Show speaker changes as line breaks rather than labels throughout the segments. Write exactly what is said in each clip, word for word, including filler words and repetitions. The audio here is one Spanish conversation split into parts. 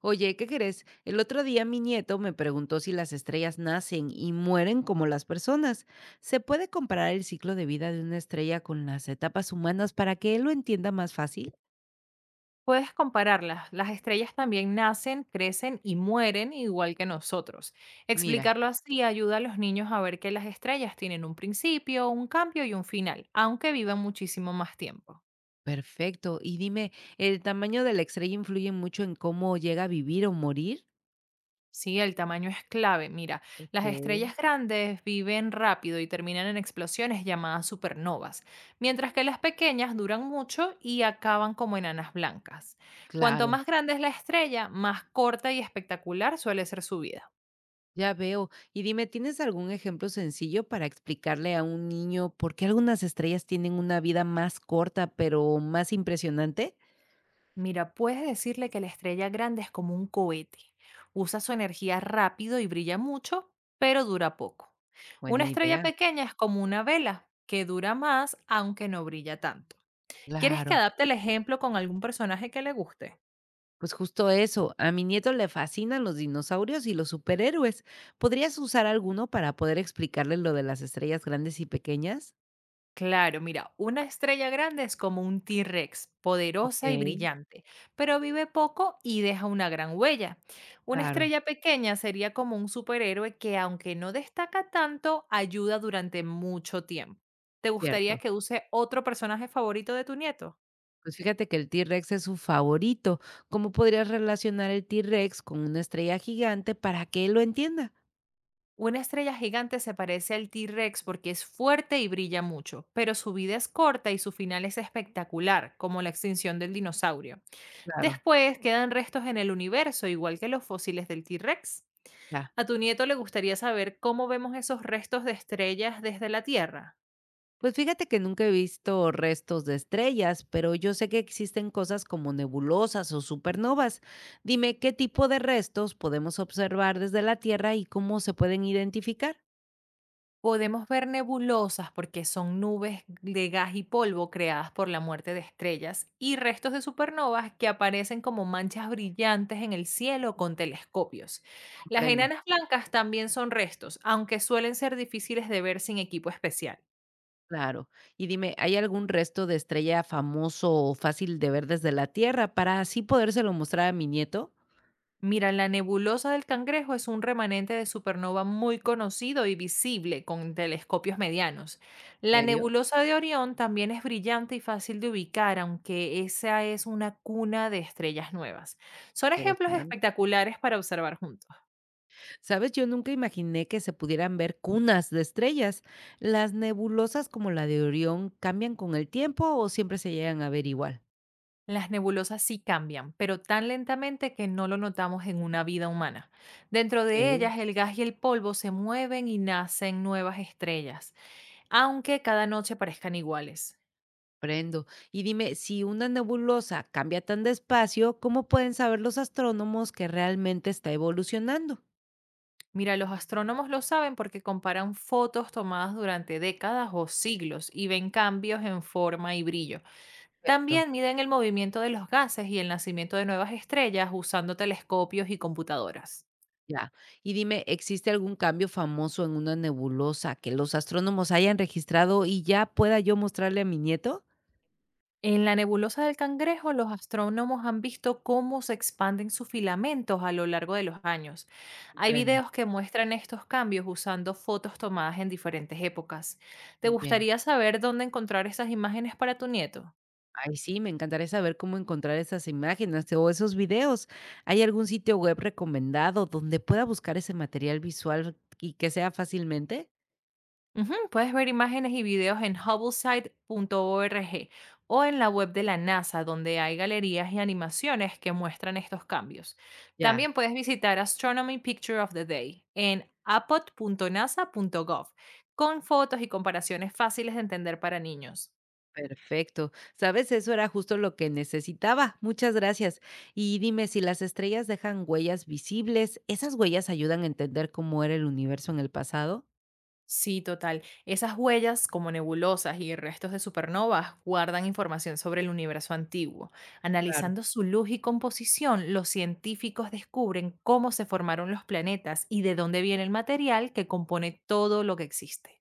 Oye, ¿qué crees? El otro día mi nieto me preguntó si las estrellas nacen y mueren como las personas. ¿Se puede comparar el ciclo de vida de una estrella con las etapas humanas para que él lo entienda más fácil?
Puedes compararlas. Las estrellas también nacen, crecen y mueren igual que nosotros.
Mira,
Explicarlo así ayuda a los niños a ver que las estrellas tienen un principio, un cambio y un final, aunque vivan muchísimo más tiempo.
perfecto. Y dime, ¿el tamaño de la estrella influye mucho en cómo llega a vivir o morir?
Sí, el tamaño es clave. Mira,
Ok,
las estrellas grandes viven rápido y terminan en explosiones llamadas supernovas, mientras que las pequeñas duran mucho y acaban como enanas blancas. Cuanto
claro,
más grande es la estrella, más corta y espectacular suele ser su vida.
ya veo. Y dime, ¿tienes algún ejemplo sencillo para explicarle a un niño por qué algunas estrellas tienen una vida más corta pero más impresionante?
Mira, puedes decirle que la estrella grande es como un cohete. Usa su energía rápido y brilla mucho, pero dura poco.
Buena
Una estrella
idea.
pequeña es como una vela, que dura más aunque no brilla tanto. ¿Quieres que
Claro.
adapte el ejemplo con algún personaje que le guste?
Pues justo eso, a mi nieto le fascinan los dinosaurios y los superhéroes. ¿Podrías usar alguno para poder explicarle lo de las estrellas grandes y pequeñas?
Claro, mira, una estrella grande es como un T-Rex,
Ok,
poderosa y brillante, pero vive poco y deja una gran huella. Una
claro,
estrella pequeña sería como un superhéroe que, aunque no destaca tanto, ayuda durante mucho tiempo. ¿Te
cierto.
gustaría que use otro personaje favorito de tu nieto?
Pues fíjate que el T-Rex es su favorito. ¿Cómo podrías relacionar el T-Rex con una estrella gigante para que él lo entienda?
Una estrella gigante se parece al T-Rex porque es fuerte y brilla mucho, pero su vida es corta y su final es espectacular, como la extinción del dinosaurio.
Claro,
Después quedan restos en el universo, igual que los fósiles del T-Rex.
ya.
A tu nieto le gustaría saber cómo vemos esos restos de estrellas desde la Tierra.
Pues fíjate que nunca he visto restos de estrellas, pero yo sé que existen cosas como nebulosas o supernovas. Dime qué tipo de restos podemos observar desde la Tierra y cómo se pueden identificar.
Podemos ver nebulosas porque son nubes de gas y polvo creadas por la muerte de estrellas y restos de supernovas que aparecen como manchas brillantes en el cielo con telescopios. Las
Comprendo,
enanas blancas también son restos, aunque suelen ser difíciles de ver sin equipo especial.
claro. Y dime, ¿hay algún resto de estrella famoso o fácil de ver desde la Tierra para así podérselo mostrar a mi nieto?
Mira, la nebulosa del Cangrejo es un remanente de supernova muy conocido y visible con telescopios medianos. La
¿Serio?
nebulosa de Orión también es brillante y fácil de ubicar, aunque esa es una cuna de estrellas nuevas. Son ejemplos
Interesante.
espectaculares para observar juntos.
¿Sabes? Yo nunca imaginé que se pudieran ver cunas de estrellas. ¿Las nebulosas como la de Orión cambian con el tiempo o siempre se llegan a ver igual?
Las nebulosas sí cambian, pero tan lentamente que no lo notamos en una vida humana. Dentro de
Ok,
ellas, el gas y el polvo se mueven y nacen nuevas estrellas, aunque cada noche parezcan iguales.
prendo. Y dime, si una nebulosa cambia tan despacio, ¿cómo pueden saber los astrónomos que realmente está evolucionando?
Mira, los astrónomos lo saben porque comparan fotos tomadas durante décadas o siglos y ven cambios en forma y brillo.
Cierto.
También miden el movimiento de los gases y el nacimiento de nuevas estrellas usando telescopios y computadoras.
Ya. Y dime, ¿existe algún cambio famoso en una nebulosa que los astrónomos hayan registrado y ya pueda yo mostrarle a mi nieto?
En la nebulosa del Cangrejo, los astrónomos han visto cómo se expanden sus filamentos a lo largo de los años. Hay
Comprendo.
videos que muestran estos cambios usando fotos tomadas en diferentes épocas. ¿Te
Bien.
gustaría saber dónde encontrar esas imágenes para tu nieto?
Ay, sí, me encantaría saber cómo encontrar esas imágenes o esos videos. ¿Hay algún sitio web recomendado donde pueda buscar ese material visual y que sea fácilmente?
Ujú, puedes ver imágenes y videos en hubblesite punto org o en la web de la NASA, donde hay galerías y animaciones que muestran estos cambios.
Ya,
También puedes visitar Astronomy Picture of the Day en apod punto nasa punto gov con fotos y comparaciones fáciles de entender para niños.
perfecto. Sabes, eso era justo lo que necesitaba. Muchas gracias. Y dime, si las estrellas dejan huellas visibles, ¿esas huellas ayudan a entender cómo era el universo en el pasado?
Sí, total. Esas huellas, como nebulosas y restos de supernovas, guardan información sobre el universo antiguo.
Claro.
Analizando su luz y composición, los científicos descubren cómo se formaron los planetas y de dónde viene el material que compone todo lo que existe.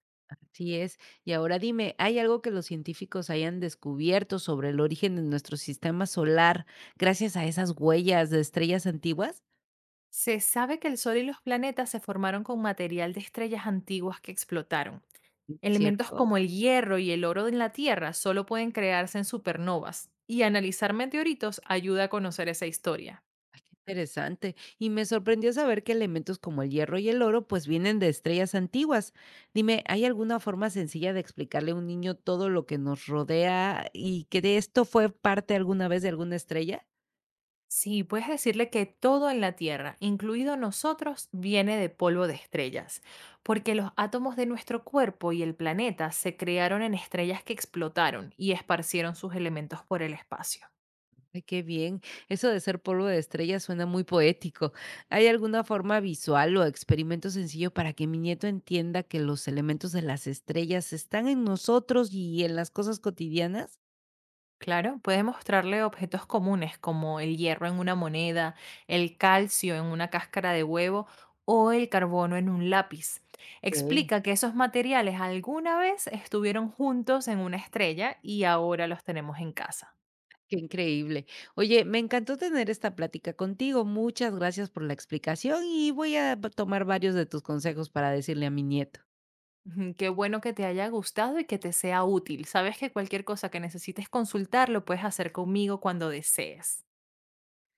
Así es. Y ahora dime, ¿hay algo que los científicos hayan descubierto sobre el origen de nuestro sistema solar gracias a esas huellas de estrellas antiguas?
Se sabe que el Sol y los planetas se formaron con material de estrellas antiguas que explotaron. Elementos
¿Cierto?
como el hierro y el oro en la Tierra solo pueden crearse en supernovas, y analizar meteoritos ayuda a conocer esa historia.
Ay, qué interesante. Y me sorprendió saber que elementos como el hierro y el oro pues vienen de estrellas antiguas. Dime, ¿hay alguna forma sencilla de explicarle a un niño todo lo que nos rodea y que de esto fue parte alguna vez de alguna estrella?
Sí, puedes decirle que todo en la Tierra, incluido nosotros, viene de polvo de estrellas, porque los átomos de nuestro cuerpo y el planeta se crearon en estrellas que explotaron y esparcieron sus elementos por el espacio.
Ay, qué bien. Eso de ser polvo de estrella suena muy poético. ¿Hay alguna forma visual o experimento sencillo para que mi nieto entienda que los elementos de las estrellas están en nosotros y en las cosas cotidianas?
Claro, puedes mostrarle objetos comunes como el hierro en una moneda, el calcio en una cáscara de huevo o el carbono en un lápiz.
Ok.
Explica que esos materiales alguna vez estuvieron juntos en una estrella y ahora los tenemos en casa.
Qué increíble. Oye, me encantó tener esta plática contigo. Muchas gracias por la explicación y voy a tomar varios de tus consejos para decirle a mi nieto.
Ujú, qué bueno que te haya gustado y que te sea útil. Sabes que cualquier cosa que necesites consultar lo puedes hacer conmigo cuando desees.